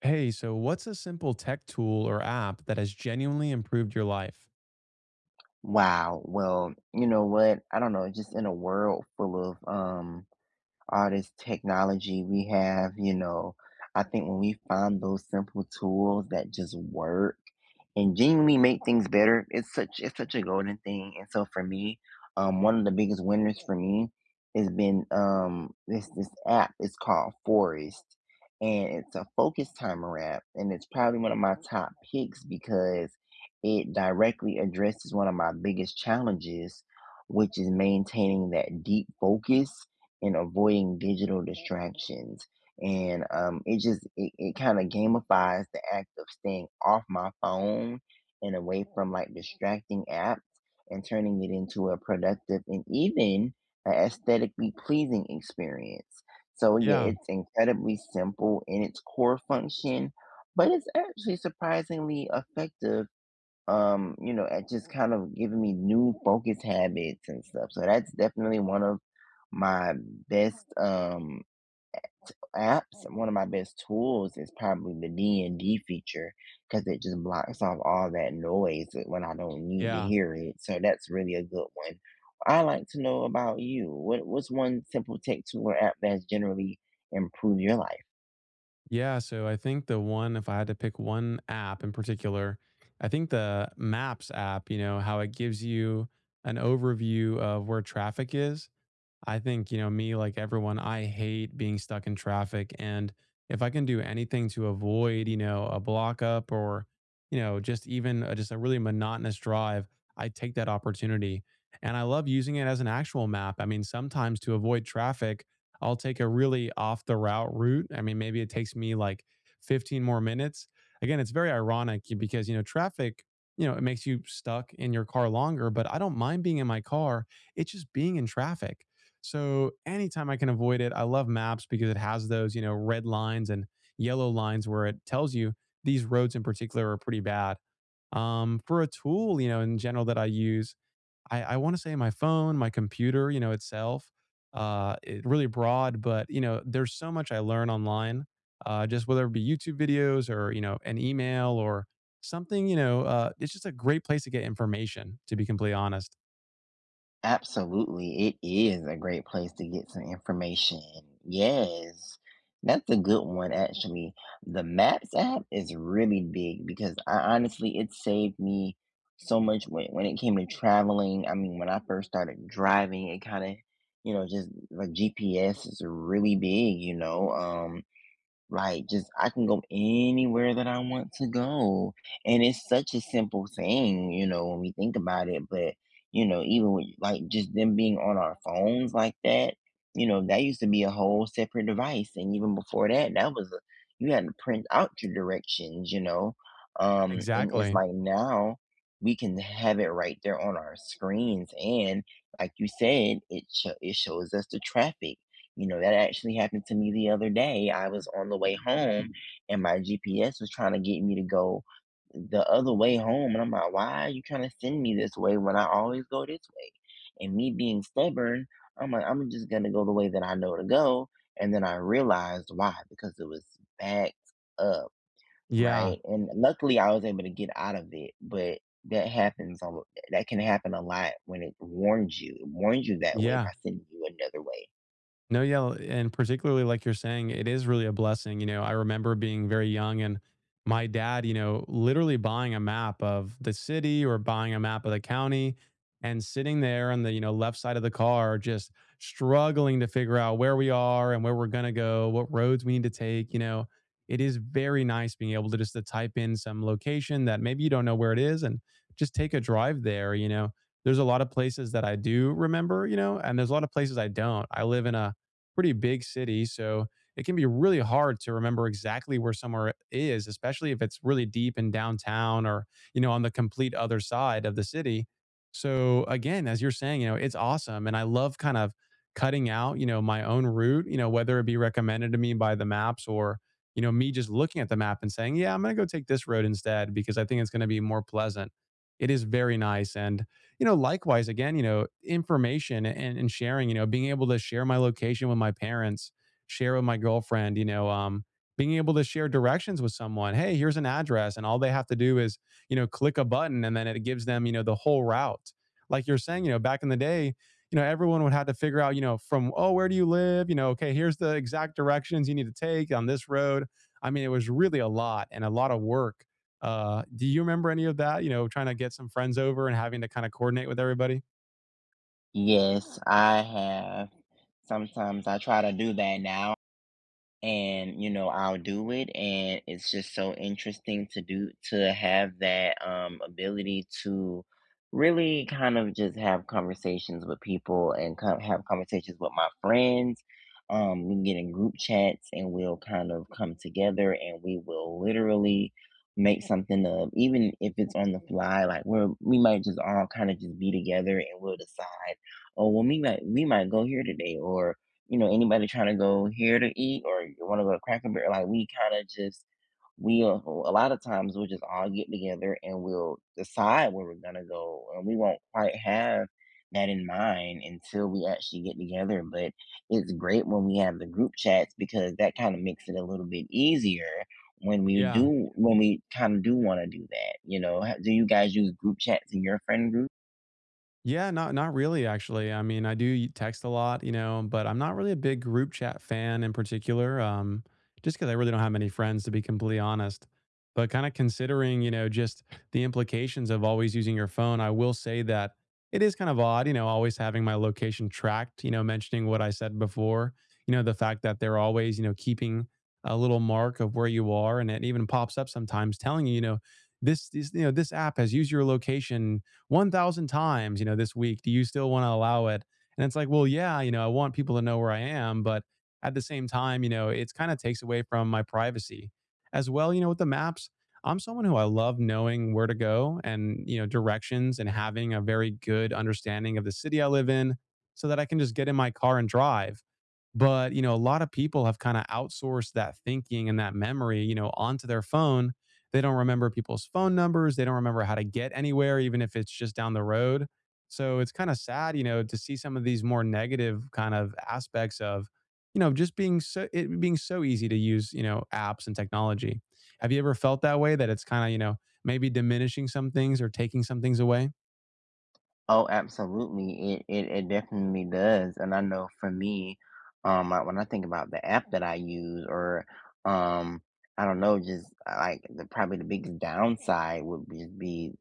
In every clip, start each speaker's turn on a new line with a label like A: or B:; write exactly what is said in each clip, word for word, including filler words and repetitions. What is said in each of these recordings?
A: Hey, so what's a simple tech tool or app that has genuinely improved your life?
B: Wow. Well, you know what? I don't know. Just in a world full of um, all this technology we have, you know, I think when we find those simple tools that just work and genuinely make things better, it's such it's such a golden thing. And so for me, um, one of the biggest winners for me has been um this this app. It's called Forest, and it's a focus timer app, and it's probably one of my top picks because it directly addresses one of my biggest challenges, which is maintaining that deep focus and avoiding digital distractions. And um, it just it, it kind of gamifies the act of staying off my phone and away from like distracting apps and turning it into a productive and even a aesthetically pleasing experience. So yeah,
A: Yeah,
B: it's incredibly simple in its core function, but it's actually surprisingly effective um, you know, at just kind of giving me new focus habits and stuff. So that's definitely one of my best um apps. One of my best tools is probably the D and D feature because it just blocks off all that noise when I don't need to
A: yeah,
B: hear it. So that's really a good one. I like to know about you. What what's one simple tech tool or app that's generally improved your life?
A: yeah. So I think the one, if I had to pick one app in particular, I think the Maps app, you know, how it gives you an overview of where traffic is. I think, you know, me like everyone, I hate being stuck in traffic. And if I can do anything to avoid, you know, a block up or, you know, just even a, just a really monotonous drive, I take that opportunity. And I love using it as an actual map. I mean, sometimes to avoid traffic, I'll take a really off the route route. I mean, maybe it takes me like fifteen more minutes. Again, it's very ironic because, you know, traffic, you know, it makes you stuck in your car longer, but I don't mind being in my car. It's just being in traffic. So anytime I can avoid it, I love maps because it has those, you know, red lines and yellow lines where it tells you these roads in particular are pretty bad. Um, for a tool, you know, in general that I use, I, I want to say my phone, my computer, you know, itself, uh, it really broad, but you know, there's so much I learn online, uh, just whether it be YouTube videos or, you know, an email or something, you know, uh, it's just a great place to get information, to be completely honest.
B: Absolutely, it is a great place to get some information. Yes, that's a good one, actually. The Maps app is really big because I honestly, it saved me so much when, when it came to traveling. I mean, when I first started driving, it kind of, you know, just like G P S is really big, you know. Um, like, just I can go anywhere that I want to go, and it's such a simple thing, you know, when we think about it, but, you know, even with, like, just them being on our phones like that, you know, that used to be a whole separate device, and even before that, that was a you had to print out your directions, you know? Um, and it's
A: Exactly.
B: like now we can have it right there on our screens, and like you said, it sho it shows us the traffic. You know, that actually happened to me the other day. I was on the way home and my G P S was trying to get me to go the other way home. And I'm like, why are you trying to send me this way when I always go this way? And me being stubborn, I'm like, I'm just going to go the way that I know to go. And then I realized why, because it was backed up,
A: Yeah.
B: right? And luckily I was able to get out of it. But that happens, a lo- that can happen a lot when it warns you. It warns you that way by
A: Yeah.
B: sending you another way.
A: No, yeah, and particularly like you're saying, it is really a blessing. You know, I remember being very young and my dad, you know, literally buying a map of the city or buying a map of the county and sitting there on the, you know, left side of the car, just struggling to figure out where we are and where we're going to go, what roads we need to take. You know, it is very nice being able to just to type in some location that maybe you don't know where it is and just take a drive there, you know. There's a lot of places that I do remember, you know, and there's a lot of places I don't. I live in a pretty big city. So it can be really hard to remember exactly where somewhere is, especially if it's really deep in downtown or, you know, on the complete other side of the city. So again, as you're saying, you know, it's awesome. And I love kind of cutting out, you know, my own route, you know, whether it be recommended to me by the maps or, you know, me just looking at the map and saying, yeah, I'm going to go take this road instead because I think it's going to be more pleasant. It is very nice. And you know, likewise, again, you know, information and, and sharing, you know, being able to share my location with my parents, share with my girlfriend, you know, um, being able to share directions with someone. Hey, here's an address. And all they have to do is, you know, click a button and then it gives them, you know, the whole route. Like you're saying, you know, back in the day, you know, everyone would have to figure out, you know, from, oh, where do you live? You know, okay, here's the exact directions you need to take on this road. I mean, it was really a lot and a lot of work uh, do you remember any of that, you know, trying to get some friends over and having to kinda coordinate with everybody?
B: Yes, I have. Sometimes I try to do that now, and you know I'll do it, and it's just so interesting to do, to have that um ability to really kind of just have conversations with people, and co- have conversations with my friends. um we can get in group chats, and we'll kind of come together, and we will literally make something of, even if it's on the fly, like we're we might just all kind of just be together, and we'll decide, oh well, we might we might go here today, or you know, anybody trying to go here to eat, or you want to go to Cracker Barrel, like we kind of just we'll a lot of times we'll just all get together and we'll decide where we're gonna go, and we won't quite have that in mind until we actually get together. But it's great when we have the group chats, because that kind of makes it a little bit easier when we
A: Yeah.
B: do, when we kind of do want to do that, you know. Ha- do you guys use group chats in your friend group?
A: Yeah, not not really actually. I mean, I do y- text a lot, you know, but I'm not really a big group chat fan in particular. Um, just because I really don't have many friends, to be completely honest. But kind of considering, you know, just the implications of always using your phone, I will say that it is kind of odd, you know, always having my location tracked. You know, mentioning what I said before. You know, the fact that they're always, you know, keeping a little mark of where you are, and it even pops up sometimes telling you, you know, this, this you know, this app has used your location one thousand times, you know, this week. Do you still want to allow it? And it's like, well, yeah, you know, I want people to know where I am, but at the same time, you know, it's kind of takes away from my privacy as well. You know, with the maps, I'm someone who I love knowing where to go and, you know, directions and having a very good understanding of the city I live in so that I can just get in my car and drive. But, you know, a lot of people have kind of outsourced that thinking and that memory, you know, onto their phone they don't remember people's phone numbers. They don't remember how to get anywhere, even if it's just down the road. So it's kind of sad, you know, to see some of these more negative kind of aspects of, you know, just being so it being so easy to use, you know, apps and technology. Have you ever felt that way that it's kind of, you know, maybe diminishing some things or taking some things away?
B: Oh, absolutely. It, it it definitely does. And I know for me, um, I, when I think about the app that I use, or um, I don't know, just uh, like the probably the biggest downside would be, be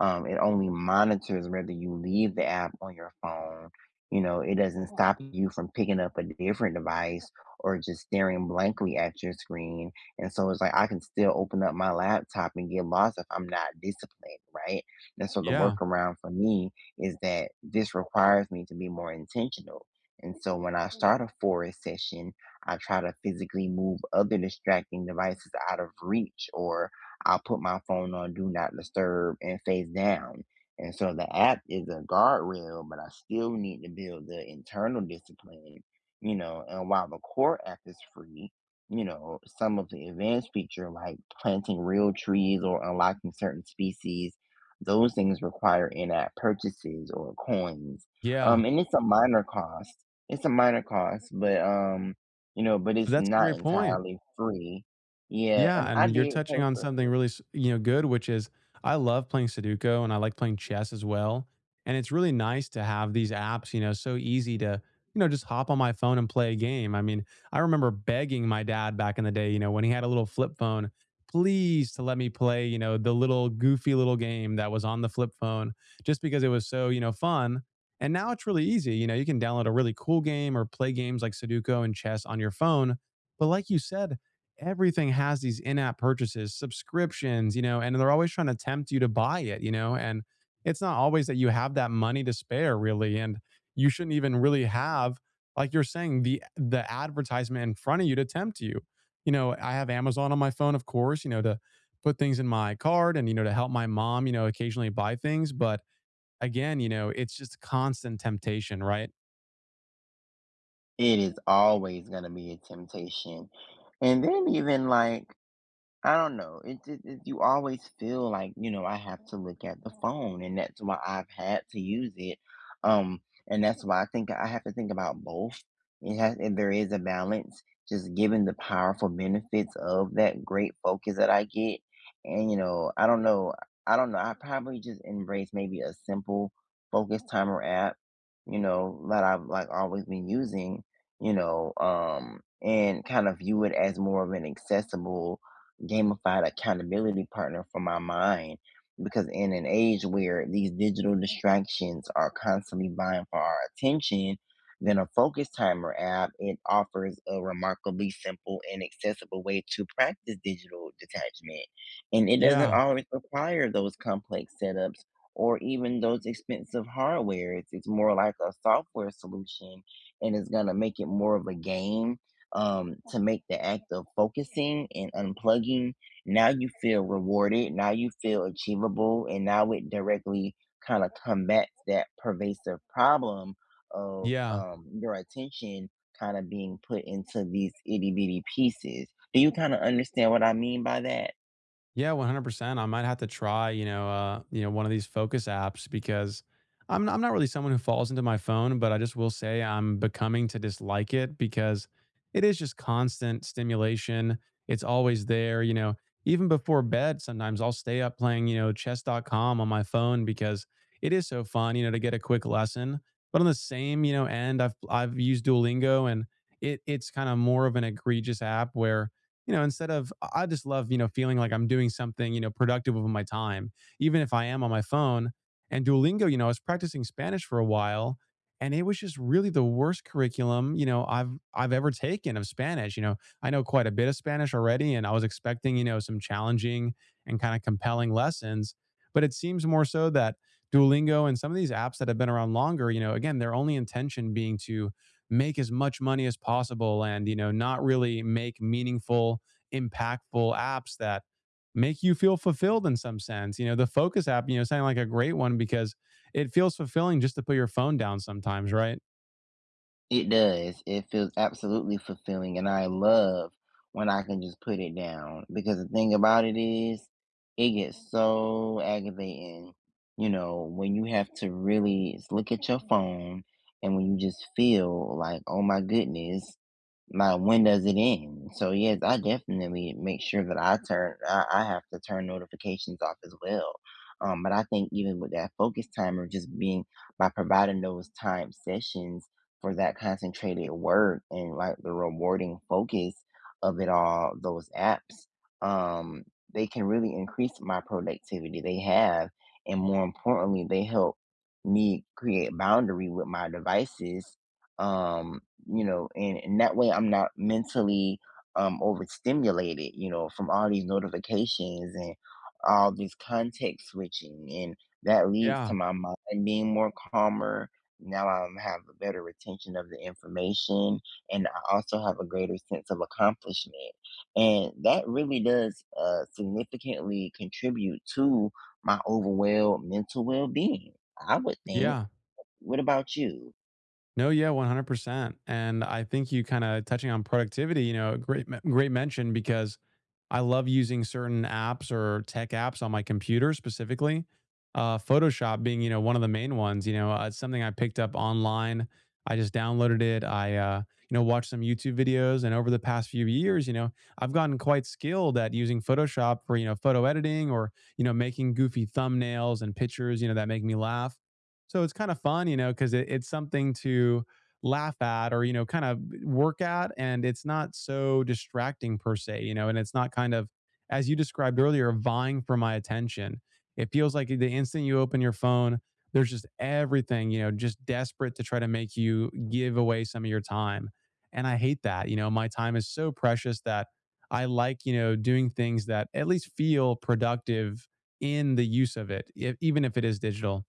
B: um, it only monitors whether you leave the app on your phone. You know, it doesn't stop you from picking up a different device or just staring blankly at your screen. And so it's like I can still open up my laptop and get lost if I'm not disciplined, right? And so the
A: Yeah.
B: workaround for me is that this requires me to be more intentional. And so when I start a forest session, I try to physically move other distracting devices out of reach, or I'll put my phone on do not disturb and face down. And so the app is a guardrail, but I still need to build the internal discipline, you know. And while the core app is free, you know, some of the advanced feature like planting real trees or unlocking certain species, those things require in-app purchases or coins,
A: Yeah.
B: um, and it's a minor cost. It's a minor cost, but, um, you know, but it's
A: That's a
B: not
A: great point.
B: entirely free. Yeah, and
A: Yeah,
B: I
A: and you're
B: did pay
A: touching on
B: for it.
A: something really, s- you know, good, which is I love playing Sudoku and I like playing chess as well. And it's really nice to have these apps, you know, so easy to, you know, just hop on my phone and play a game. I mean, I remember begging my dad back in the day, you know, when he had a little flip phone, please to let me play, you know, the little goofy little game that was on the flip phone just because it was so, you know, fun. And now it's really easy. You know, you can download a really cool game or play games like Sudoku and chess on your phone. But like you said, everything has these in-app purchases, subscriptions, you know, and they're always trying to tempt you to buy it, you know, and it's not always that you have that money to spare really and you shouldn't even really have like you're saying the the advertisement in front of you to tempt you. You know, I have Amazon on my phone of course, you know, to put things in my card and you know to help my mom, you know, occasionally buy things, but again, you know, it's just constant temptation, right?
B: It is always gonna be a temptation, and then even, like, I don't know. It, it, it you always feel like, you know, I have to look at the phone, and that's why I've had to use it. Um, and that's why I think I have to think about both. It has, and there is a balance, just given the powerful benefits of that great focus that I get. And you know, I don't know. I don't know. I probably just embrace maybe a simple focus timer app, you know, that I've like always been using. You know, um, and kind of view it as more of an accessible gamified accountability partner for my mind, because in an age where these digital distractions are constantly vying for our attention, then a focus timer app, it offers a remarkably simple and accessible way to practice digital detachment, and it doesn't
A: Yeah.
B: always require those complex setups or even those expensive hardware. it's, it's more like a software solution, and it's going to make it more of a game, um, to make the act of focusing and unplugging. Now you feel rewarded. Now you feel achievable. And now it directly kind of combats that pervasive problem of
A: Yeah.
B: um, your attention kind of being put into these itty bitty pieces. Do you kind of understand what I mean by that?
A: Yeah, one hundred percent. I might have to try, you know, uh, you know, one of these focus apps because I'm I'm not really someone who falls into my phone, but I just will say I'm becoming to dislike it because it is just constant stimulation. It's always there, you know. Even before bed, sometimes I'll stay up playing, you know, chess dot com on my phone because it is so fun, you know, to get a quick lesson. But on the same, you know, end, I've I've used Duolingo and it it's kind of more of an egregious app where you know, instead of I just love, you know, feeling like I'm doing something, you know, productive with my time, even if I am on my phone. And Duolingo, you know, I was practicing Spanish for a while and it was just really the worst curriculum, you know, I've I've ever taken of Spanish. You know, I know quite a bit of Spanish already and I was expecting, you know, some challenging and kind of compelling lessons. But it seems more so that Duolingo and some of these apps that have been around longer, you know, again, their only intention being to make as much money as possible and you know not really make meaningful impactful apps that make you feel fulfilled in some sense you know the focus app you know sounded like a great one because it feels fulfilling just to put your phone down sometimes right
B: It does. It feels absolutely fulfilling, and I love when I can just put it down, because the thing about it is, it gets so aggravating, you know, when you have to really s- look at your phone, and when you just feel like, oh my goodness, like, when does it end? So yes, I definitely make sure that I turn I, I have to turn notifications off as well. Um, but I think even with that focus timer, just being, by providing those time sessions for that concentrated work and like the rewarding focus of it all, those apps, um, they can really increase my productivity. They have, and more importantly, they help me create boundary with my devices, um you know, and, and that way I'm not mentally um overstimulated, you know, from all these notifications and all this context switching, and that leads to
A: yeah
B: my mind being more calmer. Now I have a better retention of the information, and I also have a greater sense of accomplishment. And that really does uh, significantly contribute to my overall mental well being, I would think.
A: yeah
B: What about you?
A: no yeah one hundred percent and I think you kind of touching on productivity you know great great mention because I love using certain apps or tech apps on my computer specifically. Uh, Photoshop being, you know, one of the main ones. You know, uh, it's something I picked up online. I just downloaded it. I, uh, you know, watched some YouTube videos, and over the past few years, you know, I've gotten quite skilled at using Photoshop for, you know, photo editing or, you know, making goofy thumbnails and pictures, you know, that make me laugh. So it's kind of fun, you know, because it, it's something to laugh at or you know kind of work at and it's not so distracting per se you know and it's not kind of as you described earlier vying for my attention it feels like the instant you open your phone there's just everything you know just desperate to try to make you give away some of your time and I hate that you know my time is so precious that I like you know doing things that at least feel productive in the use of it e- even if it is digital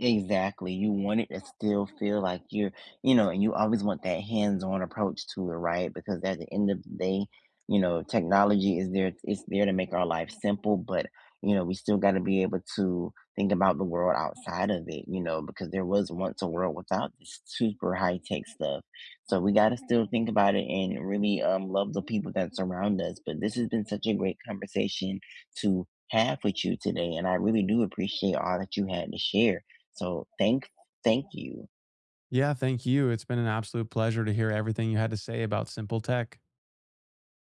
B: Exactly. You want it to still feel like you're, you know, and you always want that hands-on approach to it, right? Because at the end of the day, you know, technology is there, it's there to make our life simple, but you know, we still got to be able to think about the world outside of it, you know, because there was once a world without this super high-tech stuff. So we got to still think about it and really um love the people that surround us. But this has been such a great conversation to have with you today, and I really do appreciate all that you had to share. So thank thank you.
A: Yeah, thank you. It's been an absolute pleasure to hear everything you had to say about Simple Tech.